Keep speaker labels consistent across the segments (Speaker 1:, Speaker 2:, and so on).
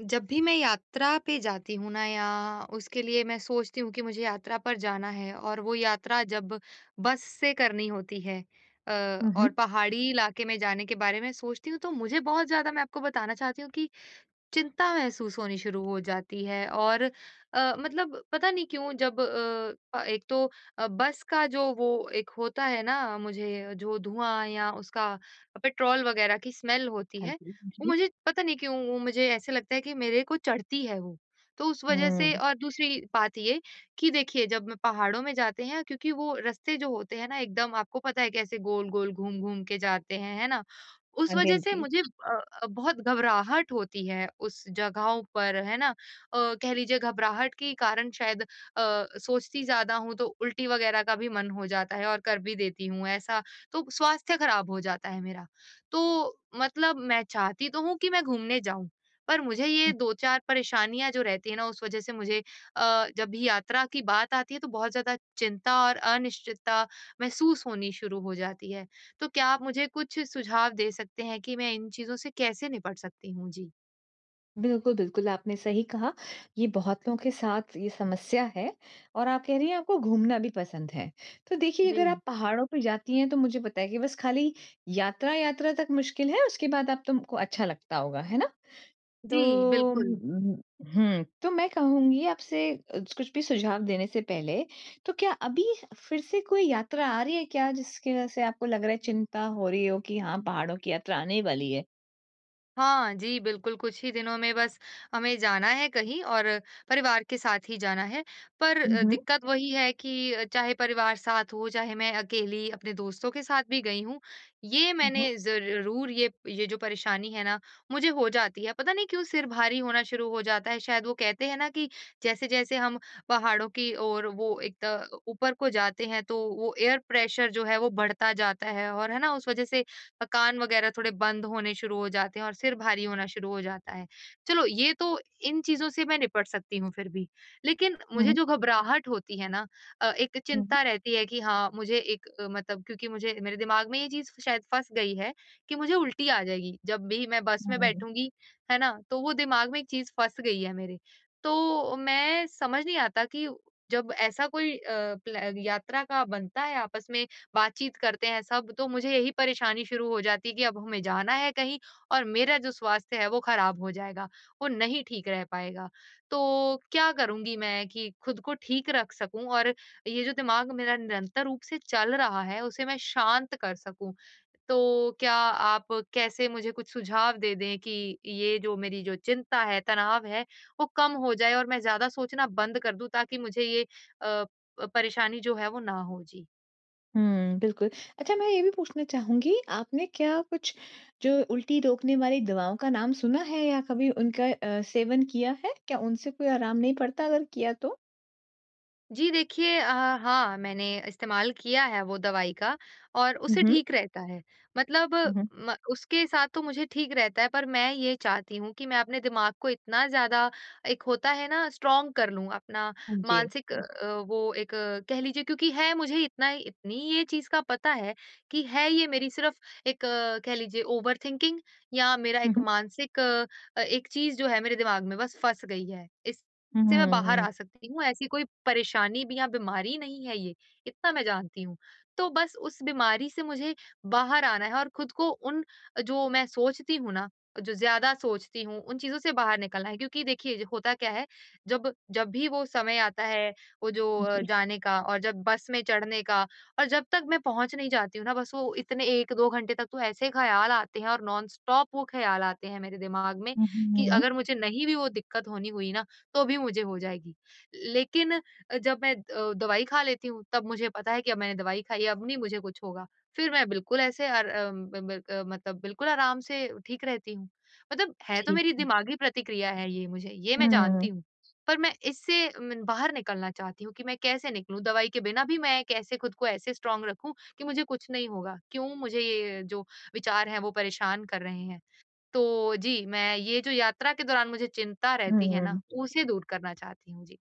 Speaker 1: जब भी मैं यात्रा पे जाती हूँ ना या उसके लिए मैं सोचती हूँ कि मुझे यात्रा पर जाना है, और वो यात्रा जब बस से करनी होती है अ,
Speaker 2: हुँ,
Speaker 1: और
Speaker 2: हुँ।
Speaker 1: पहाड़ी इलाके में जाने के बारे में सोचती हूँ, तो मुझे बहुत ज्यादा मैं आपको बताना चाहती हूँ कि चिंता महसूस होनी शुरू हो जाती है। और मतलब पता नहीं क्यों जब एक तो बस का जो वो एक होता है ना, मुझे जो धुआं या उसका पेट्रोल वगैरह की स्मेल होती
Speaker 2: हाँ
Speaker 1: है,
Speaker 2: जी, हाँ
Speaker 1: वो
Speaker 2: जी।
Speaker 1: मुझे पता नहीं क्यों, वो मुझे ऐसे लगता है कि मेरे को चढ़ती है वो। तो उस वजह से।
Speaker 2: हुँ।
Speaker 1: और दूसरी बात ये कि देखिए जब मैं पहाड़ों में जाते हैं, क्योंकि वो रास्ते जो होते हैं ना एकदम आपको पता है कैसे गोल गोल घूम घूम के जाते हैं, है ना? उस
Speaker 2: हाँ जी,
Speaker 1: वजह
Speaker 2: हाँ
Speaker 1: से
Speaker 2: जी।
Speaker 1: मुझे बहुत घबराहट होती है उस जगहों पर, है ना? कह लीजिए घबराहट के कारण शायद सोचती ज़्यादा हूँ तो उल्टी वगैरह का भी मन हो जाता है और कर भी देती हूँ ऐसा। तो स्वास्थ्य खराब हो जाता है मेरा। तो मतलब मैं चाहती तो हूँ कि मैं घूमने जाऊँ, पर मुझे ये
Speaker 2: हुँ,
Speaker 1: 2-4 परेशानियाँ जो रहती है ना उस वजह से मुझे जब भी यात्रा की बात आती है तो बहुत ज़्यादा चिंता और अनिश्चितता महसूस होनी शुरू हो जाती है। तो क्या आप मुझे कुछ सुझाव दे सकते हैं कि मैं इन चीज़ों से कैसे निपट सकती हूँ? जी।
Speaker 2: बिल्कुल, बिल्कुल, आपने सही कहा। ये बहुत लोगों के साथ ये समस्या है और आप कह रही हैं आपको घूमना भी पसंद है। तो देखिए अगर
Speaker 1: जी।
Speaker 2: आप पहाड़ों पे जाती हैं तो मुझे बताइए कि बस खाली यात्रा, यात्रा तक मुश्किल है, उसके बाद आप तुमको अच्छा लगता होगा, है ना?
Speaker 1: जी,
Speaker 2: तो उम,
Speaker 1: बिल्कुल।
Speaker 2: तो मैं कहूँगी आपसे कुछ भी सुझाव देने से पहले, तो क्या अभी फिर से कोई यात्रा आ रही है क्या जिसकी वज़ह से आपको लग रहा है चिंता हो रही हो कि हाँ, पहाड़ों की यात्रा आने वाली है?
Speaker 1: हाँ जी, बिल्कुल, कुछ ही दिनों में बस हमें जाना है कहीं, और परिवार के साथ ही जाना है। पर
Speaker 2: हुँ, हुँ,
Speaker 1: दिक्कत वही है कि चाहे परिवार साथ हो, चाहे मैं अकेली अपने दोस्तों के साथ भी गई हूँ, ये
Speaker 2: हुँ, हुँ,
Speaker 1: मैंने ज़रूर ये जो परेशानी है ना, मुझे हो जाती है। पता नहीं क्यों सिर भारी होना शुरू हो जाता है। शायद वो कहते हैं ना कि जैसे-जैसे हम पहाड़ों की ओर वो एक त ऊपर को जाते हैं, तो वो एयर प्रेशर जो है वो बढ़ता जाता है और है ना, उस वज़ह से कान वगैरह थोड़े बंद होने शुरू हो जाते हैं और सिर भारी होना शुरू हो जाता है। चलो ये तो इन चीज़ों से मैं निपट सकती हूँ फिर भी। लेकिन मुझे
Speaker 2: हुँ,
Speaker 1: जो घबराहट होती है ना, एक
Speaker 2: हुँ,
Speaker 1: चिंता रहती है कि हाँ, मुझे एक मतलब क्योंकि मुझे मेरे दिमाग में ये चीज़ शायद फँस गई है कि मुझे उल्टी आ जाएगी जब भी मैं बस
Speaker 2: हुँ,
Speaker 1: में
Speaker 2: हुँ, हुँ।
Speaker 1: बैठूँगी, है ना? तो वो दिमाग में एक चीज़ फँस गई है मेरे। तो मैं समझ नहीं आता कि जब ऐसा कोई अ, प्ल यात्रा का बनता है, आपस में बातचीत करते हैं सब, तो मुझे यही परेशानी शुरू हो जाती है कि अब हमें जाना है कहीं और मेरा जो स्वास्थ्य है वो खराब हो जाएगा, वो नहीं ठीक रह पाएगा। तो क्या करूँगी मैं कि खुद को ठीक रख सकूँ और ये जो दिमाग मेरा निरंतर रूप से चल रहा है, उसे मैं शांत कर सकूँ? तो क्या आप कैसे मुझे कुछ सुझाव दे दें कि ये जो मेरी जो चिंता है, तनाव है, वो कम हो जाए और मैं ज़्यादा सोचना बंद कर दूँ, ताकि मुझे ये अ, प परेशानी जो है वो ना हो? जी।
Speaker 2: हुँ, बिल्कुल। अच्छा मैं ये भी पूछना चाहूँगी आपने क्या कुछ जो उल्टी रोकने वाली दवाओं का नाम सुना है या कभी उनका सेवन किया है? क्या उनसे कोई आराम नहीं पड़ता अगर किया तो?
Speaker 1: जी देखिए हाँ, मैंने इस्तेमाल किया है वो दवाई का और
Speaker 2: हुँ,
Speaker 1: उससे
Speaker 2: हुँ,
Speaker 1: ठीक रहता है। मतलब
Speaker 2: हुँ, हुँ।
Speaker 1: म उसके साथ तो मुझे ठीक रहता है, पर मैं ये चाहती हूँ कि मैं अपने दिमाग को इतना ज़्यादा एक होता है ना स्ट्रॉन्ग कर लूँ अपना
Speaker 2: हाँ जी।
Speaker 1: मानसिक वो एक कह लीजिए, क्योंकि है मुझे इतना इतनी ये चीज़ का पता है कि है ये मेरी सिर्फ़ एक कह लीजिए ओवरथिंकिंग या मेरा
Speaker 2: हुँ,
Speaker 1: एक
Speaker 2: हुँ,
Speaker 1: मानसिक एक चीज़ जो है मेरे दिमाग में बस फँस गई है,
Speaker 2: हुँ,
Speaker 1: से मैं
Speaker 2: हुँ,
Speaker 1: बाहर
Speaker 2: हुँ।
Speaker 1: आ सकती हूँ, ऐसी कोई परेशानी भी या बीमारी नहीं है ये, इतना मैं जानती हूँ। तो बस उस बीमारी से मुझे बाहर आना है और खुद को उन जो मैं सोचती हूँ ना, जो ज़्यादा सोचती हूँ, उन चीज़ों से बाहर निकलना है, क्योंकि देखिए ज होता क्या है, जब जब भी वो समय आता है, वो जो
Speaker 2: जी।
Speaker 1: जाने का और जब बस में चढ़ने का और जब तक मैं पहुँच नहीं जाती हूँ ना, बस वो इतने 1-2 घंटे तक तो ऐसे ख़्याल आते हैं और नॉन स्टॉप वो ख़्याल आते हैं मेरे दिमाग में
Speaker 2: हुँ, हुँ,
Speaker 1: कि
Speaker 2: हुँ।
Speaker 1: अगर मुझे नहीं भी वो दिक्कत होनी हुई ना, तो भी मुझे हो जाएगी। लेकिन जब मैं दवाई खा लेती हूँ, तब मुझे पता है कि अब मैंने दवाई खाई है, अब नहीं मुझे कुछ होगा। फिर मैं बिल्कुल ऐसे अर अम, ब ब अ, मतलब बिल्कुल आराम से ठीक रहती हूँ। मतलब है तो
Speaker 2: जी।
Speaker 1: मेरी दिमागी प्रतिक्रिया है ये, मुझे ये मैं जानती
Speaker 2: हुँ,
Speaker 1: हूँ। पर मैं इससे म बाहर निकलना चाहती हूँ कि मैं कैसे निकलूँ? दवाई के बिना भी मैं कैसे खुद को ऐसे स्ट्रॉन्ग रखूँ कि मुझे कुछ नहीं होगा? क्यों मुझे ये जो विचार हैं वो परेशान कर रहे हैं? तो जी, मैं ये जो यात्रा के दौरान मुझे चिंता
Speaker 2: हुँ,
Speaker 1: रहती है ना,
Speaker 2: हुँ,
Speaker 1: उसे दूर करना चाहती हूँ। जी।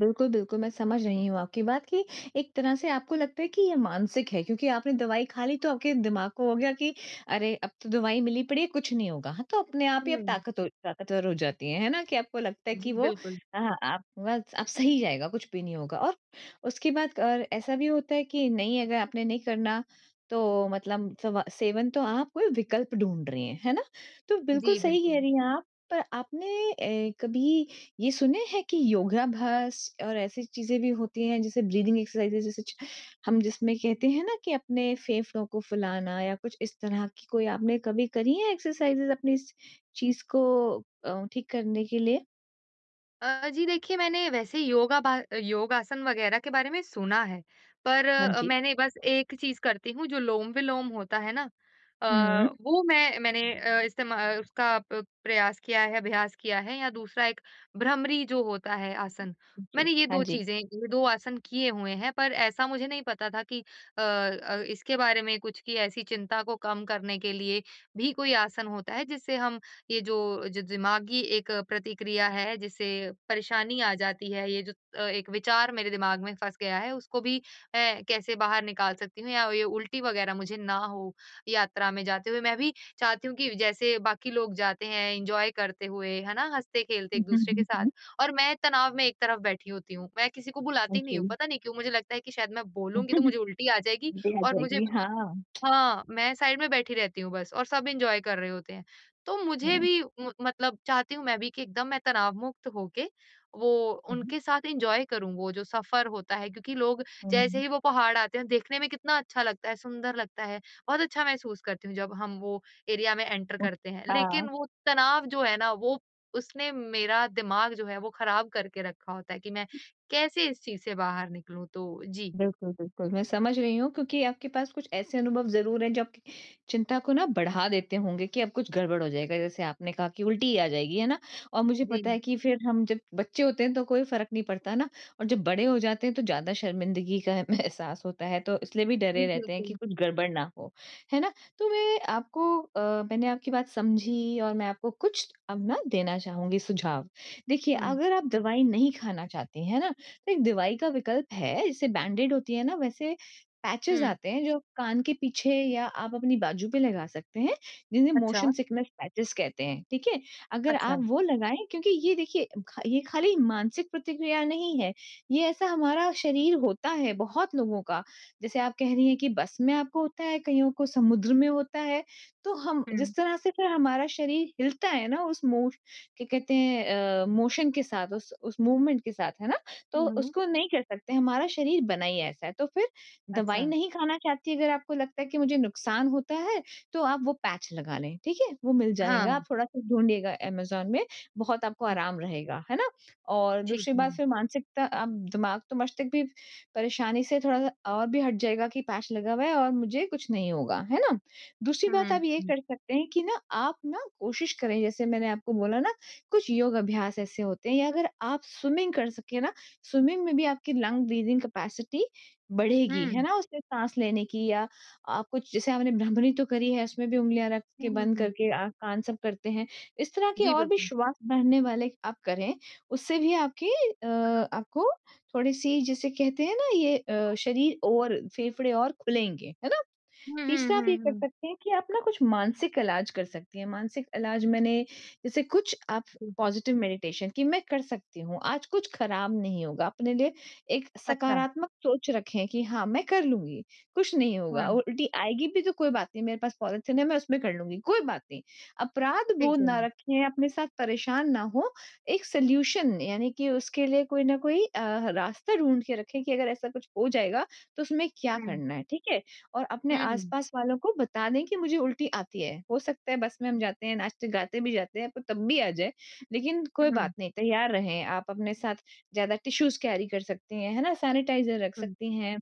Speaker 2: बिल्कुल, बिल्कुल, मैं समझ रही हूँ आपकी बात कि एक तरह से आपको लगता है कि ये मानसिक है क्योंकि आपने दवाई खा ली तो आपके दिमाग को हो गया कि अरे! अब तो दवाई मिली पड़ी है, कुछ नहीं होगा। हाँ, तो अपने आप ही आप
Speaker 1: हुँ।
Speaker 2: ताकतवर हो जाती हैं, है ना? कि आपको लगता है
Speaker 1: जी,
Speaker 2: कि वो
Speaker 1: बिल्कुल।
Speaker 2: हाँ, आप बस आप सही जाएगा, कुछ भी नहीं होगा और उसके बाद और ऐसा भी होता है कि नहीं अगर आपने नहीं करना तो मतलब सवा सेवन तो आप कोई विकल्प ढूँढ रही हैं, है ना? तो बिल्कुल
Speaker 1: जी,
Speaker 2: सही
Speaker 1: बिल्कुल।
Speaker 2: कह रही हैं आप, पर आपने कभी ये सुने हैं कि योगाभ्यास और ऐसी चीजें भी होती हैं जैसे ब्रीदिंग एक्सरसाइजेज जैसे हम जिसमें कहते हैं ना कि अपने फेफड़ों को फुलाना या कुछ इस तरह की कोई आपने कभी करी है एक्सरसाइजेज अपनी इस चीज को ठीक करने के लिए
Speaker 1: जी देखिए, मैंने वैसे योगासन वगैरह के बारे में सुना है, पर
Speaker 2: हाँ जी
Speaker 1: मैंने बस एक चीज़ करती हूँ जो लोम-विलोम होता है ना,
Speaker 2: हम्म
Speaker 1: अ, वो मैं मैंने अ, इस्तेमा उसका प प्रयास किया है, अभ्यास किया है। या दूसरा एक भ्रमरी जो होता है आसन,
Speaker 2: जी
Speaker 1: मैंने ये
Speaker 2: हाँ
Speaker 1: 2
Speaker 2: जी
Speaker 1: चीज़ें ये 2 आसन किए हुए हैं, पर ऐसा मुझे नहीं पता था कि इसके बारे में कुछ कि ऐसी चिंता को कम करने के लिए भी कोई आसन होता है, जिससे हम ये जो जो दिमागी एक प्रतिक्रिया है जिससे परेशानी आ जाती है, ये जो एक विचार मेरे दिमाग में फँस गया है उसको भी मैं कैसे बाहर निकाल सकती हूँ, या ये उल्टी वग़ैरह मुझे ना हो यात्रा में जाते हुए। मैं भी चाहती हूँ कि जैसे बाकी लोग जाते हैं एन्जॉय करते हुए, है ना? हँसते-खेलते
Speaker 2: हम्म
Speaker 1: एक-दूसरे के
Speaker 2: हम्म,
Speaker 1: साथ,
Speaker 2: हम्म,
Speaker 1: और मैं तनाव में एक तरफ बैठी होती हूँ। मैं किसी को
Speaker 2: हाँ
Speaker 1: बुलाती नहीं
Speaker 2: जी
Speaker 1: हूँ, पता नहीं क्यों मुझे लगता है कि शायद मैं बोलूँगी तो मुझे
Speaker 2: जल्दी
Speaker 1: उल्टी आ जाएगी
Speaker 2: आ
Speaker 1: और मुझे
Speaker 2: जाएगी हाँ
Speaker 1: हाँ, मैं साइड में बैठी रहती हूँ बस और सब एन्जॉय कर रहे होते हैं। तो मुझे
Speaker 2: हम्म
Speaker 1: भी म मतलब चाहती हूँ मैं भी कि एकदम मैं तनाव मुक्त होके वो
Speaker 2: हम्म,
Speaker 1: उनके साथ एन्जॉय करूँ वो जो सफ़र होता है, क्योंकि लोग जैसे
Speaker 2: हम्म
Speaker 1: ही वो पहाड़ आते हैं देखने में कितना अच्छा लगता है, सुंदर लगता है। बहुत अच्छा महसूस करती हूँ जब हम वो एरिया में एंटर
Speaker 2: उस-
Speaker 1: करते हैं।
Speaker 2: हाँ
Speaker 1: लेकिन वो तनाव जो है ना वो उसने मेरा दिमाग जो है वो ख़राब करके रखा होता है कि मैं कैसे इस चीज़ से बाहर निकलूँ? तो जी।
Speaker 2: बिल्कुल, बिल्कुल, मैं समझ रही हूँ क्योंकि आपके पास कुछ ऐसे अनुभव ज़रूर हैं जो आपकी चिंता को ना बढ़ा देते होंगे कि अब कुछ गड़बड़ हो जाएगा। जैसे आपने कहा कि उल्टी आ जाएगी, है ना? और मुझे
Speaker 1: जी।
Speaker 2: पता है कि फिर हम जब बच्चे होते हैं तो कोई फ़र्क नहीं पड़ता ना और जब बड़े हो जाते हैं तो ज़्यादा शर्मिंदगी का हमें एहसास होता है, तो इसलिए भी
Speaker 1: जी,
Speaker 2: डरे रहते हैं कि
Speaker 1: बिल्कुल।
Speaker 2: कुछ गड़बड़ ना हो, है ना? तो मैं आपको मैंने आपकी बात समझी और मैं आपको कुछ अब ना देना चाहूँगी सुझाव। देखिए,
Speaker 1: हुँ।
Speaker 2: अगर आप दवाई नहीं खाना चाहती हैं, है ना? तो एक दिवाई का विकल्प है, जैसे बैंडेड होती है ना, वैसे पैचेज़
Speaker 1: हुँ।
Speaker 2: आते हैं जो कान के पीछे या आप अपनी बाजू पे लगा सकते हैं, जिन्हें
Speaker 1: अच्छा।
Speaker 2: मोशन सिकनेस पैचेज़ कहते हैं, ठीक है? अगर
Speaker 1: अच्छा।
Speaker 2: आप वो लगाएँ क्योंकि ये देखिए ख ये खाली मानसिक प्रतिक्रिया नहीं है, ये ऐसा हमारा शरीर होता है बहुत लोगों का। जैसे आप कह रही हैं कि बस में आपको होता है, कईयों को समुद्र में होता है, तो हम
Speaker 1: हुँ।
Speaker 2: जिस तरह से फिर हमारा शरीर हिलता है ना उस मोश क्या कहते हैं मोशन के साथ, उस मूवमेंट के साथ, है ना? तो
Speaker 1: हुँ, हुँ।
Speaker 2: उसको नहीं कर सकते, हमारा शरीर बना ही ऐसा है। तो फिर
Speaker 1: अच्छा।
Speaker 2: दवाई नहीं खाना चाहती अगर आपको लगता है कि मुझे नुकसान होता है, तो आप वो पैच लगा लें, ठीक है? वो मिल जाएगा,
Speaker 1: हाँ।
Speaker 2: आप थोड़ा-सा ढूँढिएगा अमेज़न में, बहुत आपको
Speaker 1: हुँ,
Speaker 2: आराम रहेगा, है ना? और
Speaker 1: ठीक
Speaker 2: दूसरी
Speaker 1: है।
Speaker 2: बात फिर मानसिकता आप दिमाग तो मस्तिष्क भी परेशानी से थोड़ा-सा और भी हट जाएगा कि पैच लगा हुआ है और मुझे कुछ नहीं होगा, है ना? दूसरी बात
Speaker 1: हुँ,
Speaker 2: आप ये
Speaker 1: हुँ।
Speaker 2: कर सकते हैं कि ना आप ना कोशिश करें, जैसे मैंने आपको बोला ना, कुछ योग अभ्यास ऐसे होते हैं या अगर आप स्विमिंग कर सकें ना स्विमिंग में भी आपकी लंग ब्रीदिंग कैपेसिटी बढ़ेगी, है
Speaker 1: हुँ।
Speaker 2: ना? उससे साँस लेने की या आप कुछ जैसे आपने भ्रमरी तो करी है, उसमें भी उँगलियाँ रख
Speaker 1: हुँ,
Speaker 2: के
Speaker 1: हुँ,
Speaker 2: बंद
Speaker 1: हुँ।
Speaker 2: करके आ कान सब करते हैं। इस तरह के
Speaker 1: जी,
Speaker 2: और भी
Speaker 1: बिल्कुल।
Speaker 2: श्वास भरने वाले आप करें, उससे भी आपकी आपको थोड़ी-सी जिसे कहते हैं ना ये शरीर और फेफड़े और खुलेंगे, है ना?
Speaker 1: हुँ, हुँ,
Speaker 2: तीसरा आप
Speaker 1: हुँ,
Speaker 2: ये कर
Speaker 1: हुँ।
Speaker 2: सकते हैं कि आप ना कुछ मानसिक इलाज कर सकती हैं। मानसिक इलाज मैंने जैसे कुछ आप
Speaker 1: जी,
Speaker 2: पॉजिटिव मेडिटेशन कि मैं कर सकती हूँ, आज कुछ खराब नहीं होगा। अपने लिए एक
Speaker 1: अच्छा।
Speaker 2: सकारात्मक सोच रखें कि हाँ, मैं कर लूँगी, कुछ नहीं
Speaker 1: हाँ,
Speaker 2: होगा। उल्टी आएगी भी तो कोई बात नहीं, मेरे पास पॉलिथीन है, मैं उसमें कर लूँगी, कोई बात नहीं। अपराध
Speaker 1: ठीक
Speaker 2: बोध
Speaker 1: है।
Speaker 2: ना रखें, अपने साथ परेशान ना हों। एक सॉल्यूशन यानी कि उसके लिए कोई ना कोई रास्ता ढूँढ के रखें कि अगर ऐसा कुछ हो जाएगा, तो उसमें क्या
Speaker 1: हुँ,
Speaker 2: करना है, ठीक है? और अपने
Speaker 1: हुँ, हुँ,
Speaker 2: आस-पास वालों को बता दें कि मुझे उल्टी आती है। हो सकता है बस में हम जाते हैं, नाचते-गाते भी जाते हैं, पर तब भी आ जाए, लेकिन कोई बात नहीं, तैयार रहें। आप अपने साथ ज़्यादा टिश्यूज़ कैरी कर सकती हैं, है ना? सैनिटाइज़र रख
Speaker 1: हुँ,
Speaker 2: सकती हैं।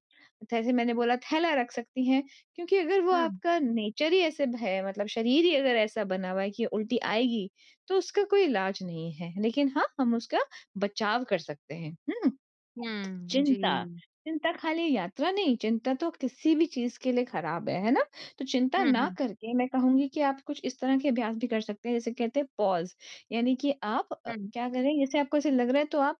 Speaker 2: जैसे मैंने बोला थैला रख सकती हैं, क्योंकि अगर वो
Speaker 1: हुँ,
Speaker 2: आपका नेचर ही ऐसे है मतलब शरीर ही अगर ऐसा बना हुआ है कि उल्टी आएगी, तो उसका कोई इलाज नहीं है। लेकिन हाँ, हम उसका बचाव कर सकते हैं। हुँ।
Speaker 1: हुँ, जी।
Speaker 2: चिंता, चिंता खाली यात्रा नहीं, चिंता तो किसी भी चीज़ के लिए खराब है ना? तो चिंता
Speaker 1: हुँ,
Speaker 2: ना
Speaker 1: हुँ,
Speaker 2: करके मैं कहूँगी कि आप कुछ इस तरह के अभ्यास भी कर सकते हैं, जैसे कहते हैं पॉज़, यानी कि आप
Speaker 1: हुँ,
Speaker 2: क्या करें जैसे आपको ऐसे लग रहा है तो आप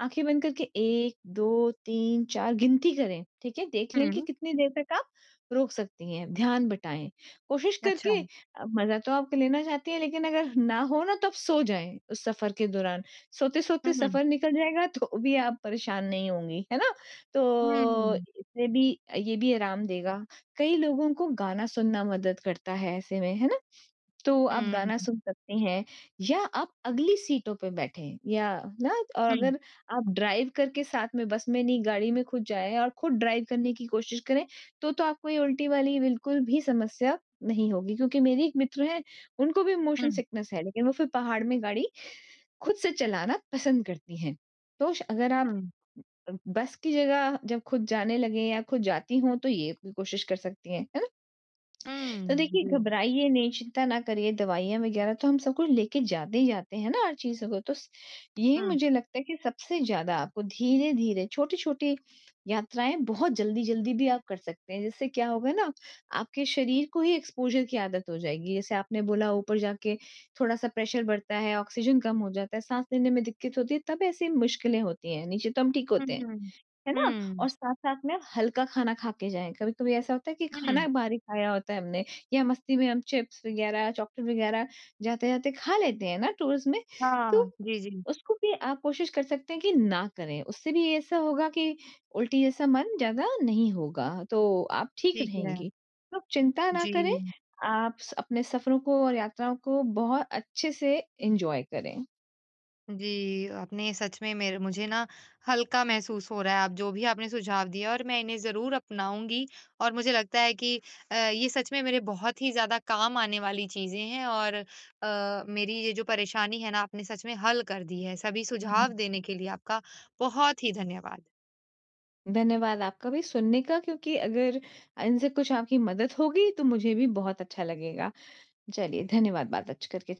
Speaker 2: आँखें बंद करके 1, 2, 3, 4 गिनती करें, ठीक है? देख लें कि
Speaker 1: हुँ।
Speaker 2: कितनी देर तक आप रोक सकती हैं, ध्यान बटाएँ। कोशिश
Speaker 1: अच्छा।
Speaker 2: करके मज़ा तो आप लेना चाहती हैं लेकिन अगर ना हो ना तो आप सो जाएँ उस सफ़र के दौरान।
Speaker 1: हुँ,
Speaker 2: सोते-सोते
Speaker 1: हुँ,
Speaker 2: सफ़र निकल जाएगा तो भी आप परेशान नहीं होंगी, है ना?
Speaker 1: हुँ,
Speaker 2: तो
Speaker 1: हुँ,
Speaker 2: इससे भी ये भी आराम देगा। कई लोगों को गाना सुनना मदद करता है ऐसे में, है ना? तो आप गाना
Speaker 1: हुँ,
Speaker 2: सुन सकते हैं या आप अगली सीटों पे बैठे या ना और
Speaker 1: हुँ,
Speaker 2: अगर आप ड्राइव करके साथ में बस में नहीं गाड़ी में खुद जाए और खुद ड्राइव करने की कोशिश करें तो आपको ये उल्टी वाली बिल्कुल भी समस्या नहीं होगी क्योंकि मेरी एक मित्र है उनको भी
Speaker 1: हुँ,
Speaker 2: मोशन सिकनेस है लेकिन वो फिर पहाड़ में गाड़ी खुद से चलाना पसंद करती हैं तो अगर आप
Speaker 1: हुँ,
Speaker 2: बस की जगह जब खुद जाने लगे या खुद जाती हों तो ये भी कोशिश कर सकती हैं है ना तो
Speaker 1: हुँ,
Speaker 2: देखिए
Speaker 1: जी।
Speaker 2: घबराइए नहीं चिंता ना करिए दवाइयाँ वगैरह तो हम सब कुछ लेके जाते ही जाते हैं ना हर चीज़ों को तो यही
Speaker 1: हुँ,
Speaker 2: मुझे लगता है कि सबसे ज्यादा आपको धीरे धीरे छोटी छोटी यात्राएं बहुत जल्दी जल्दी भी आप कर सकते हैं जिससे क्या होगा ना आपके शरीर को ही एक्सपोजर की आदत हो जाएगी जैसे आपने बोला ऊपर जाके थोड़ा सा प्रेशर बढ़ता है ऑक्सीजन कम हो जाता है सांस लेने में दिक्कत होती है तब ऐसी मुश्किलें होती हैं नीचे तो हम ठीक
Speaker 1: हुँ,
Speaker 2: होते हैं
Speaker 1: हुँ,
Speaker 2: है ना?
Speaker 1: हुँ,
Speaker 2: और साथ-साथ में आप हल्का खाना खा के जाएँ। कभी-कभी ऐसा होता है कि
Speaker 1: हुँ।
Speaker 2: खाना भारी खाया होता है हमने या मस्ती में हम चिप्स वग़ैरह, चॉकलेट वग़ैरह जाते-जाते खा लेते हैं ना टूर्स में, तो
Speaker 1: हाँ, जी, जी,
Speaker 2: उसको भी आप कोशिश कर सकते हैं कि ना करें। उससे भी ऐसा होगा कि उल्टी जैसा मन ज़्यादा नहीं होगा, तो आप ठीक
Speaker 1: ठीक है।
Speaker 2: रहेंगी। तो चिंता ना
Speaker 1: जी।
Speaker 2: करें, आप स अपने सफ़रों को और यात्राओं को बहुत अच्छे से एन्जॉय करें।
Speaker 1: जी, आपने सच में मेरे मुझे ना हल्का महसूस हो रहा है। आप जो भी आपने सुझाव दिया और मैं इन्हें ज़रूर अपनाऊँगी, और मुझे लगता है कि ये सच में मेरे बहुत ही ज़्यादा काम आने वाली चीज़ें हैं और मेरी ये जो परेशानी है ना, आपने सच में हल कर दी है। सभी सुझाव देने के लिए आपका बहुत ही धन्यवाद।
Speaker 2: धन्यवाद आपका भी सुनने का क्योंकि अगर इनसे कुछ आपकी मदद होगी तो मुझे भी बहुत अच्छा लगेगा। चलिए धन्यवाद बात आज करके।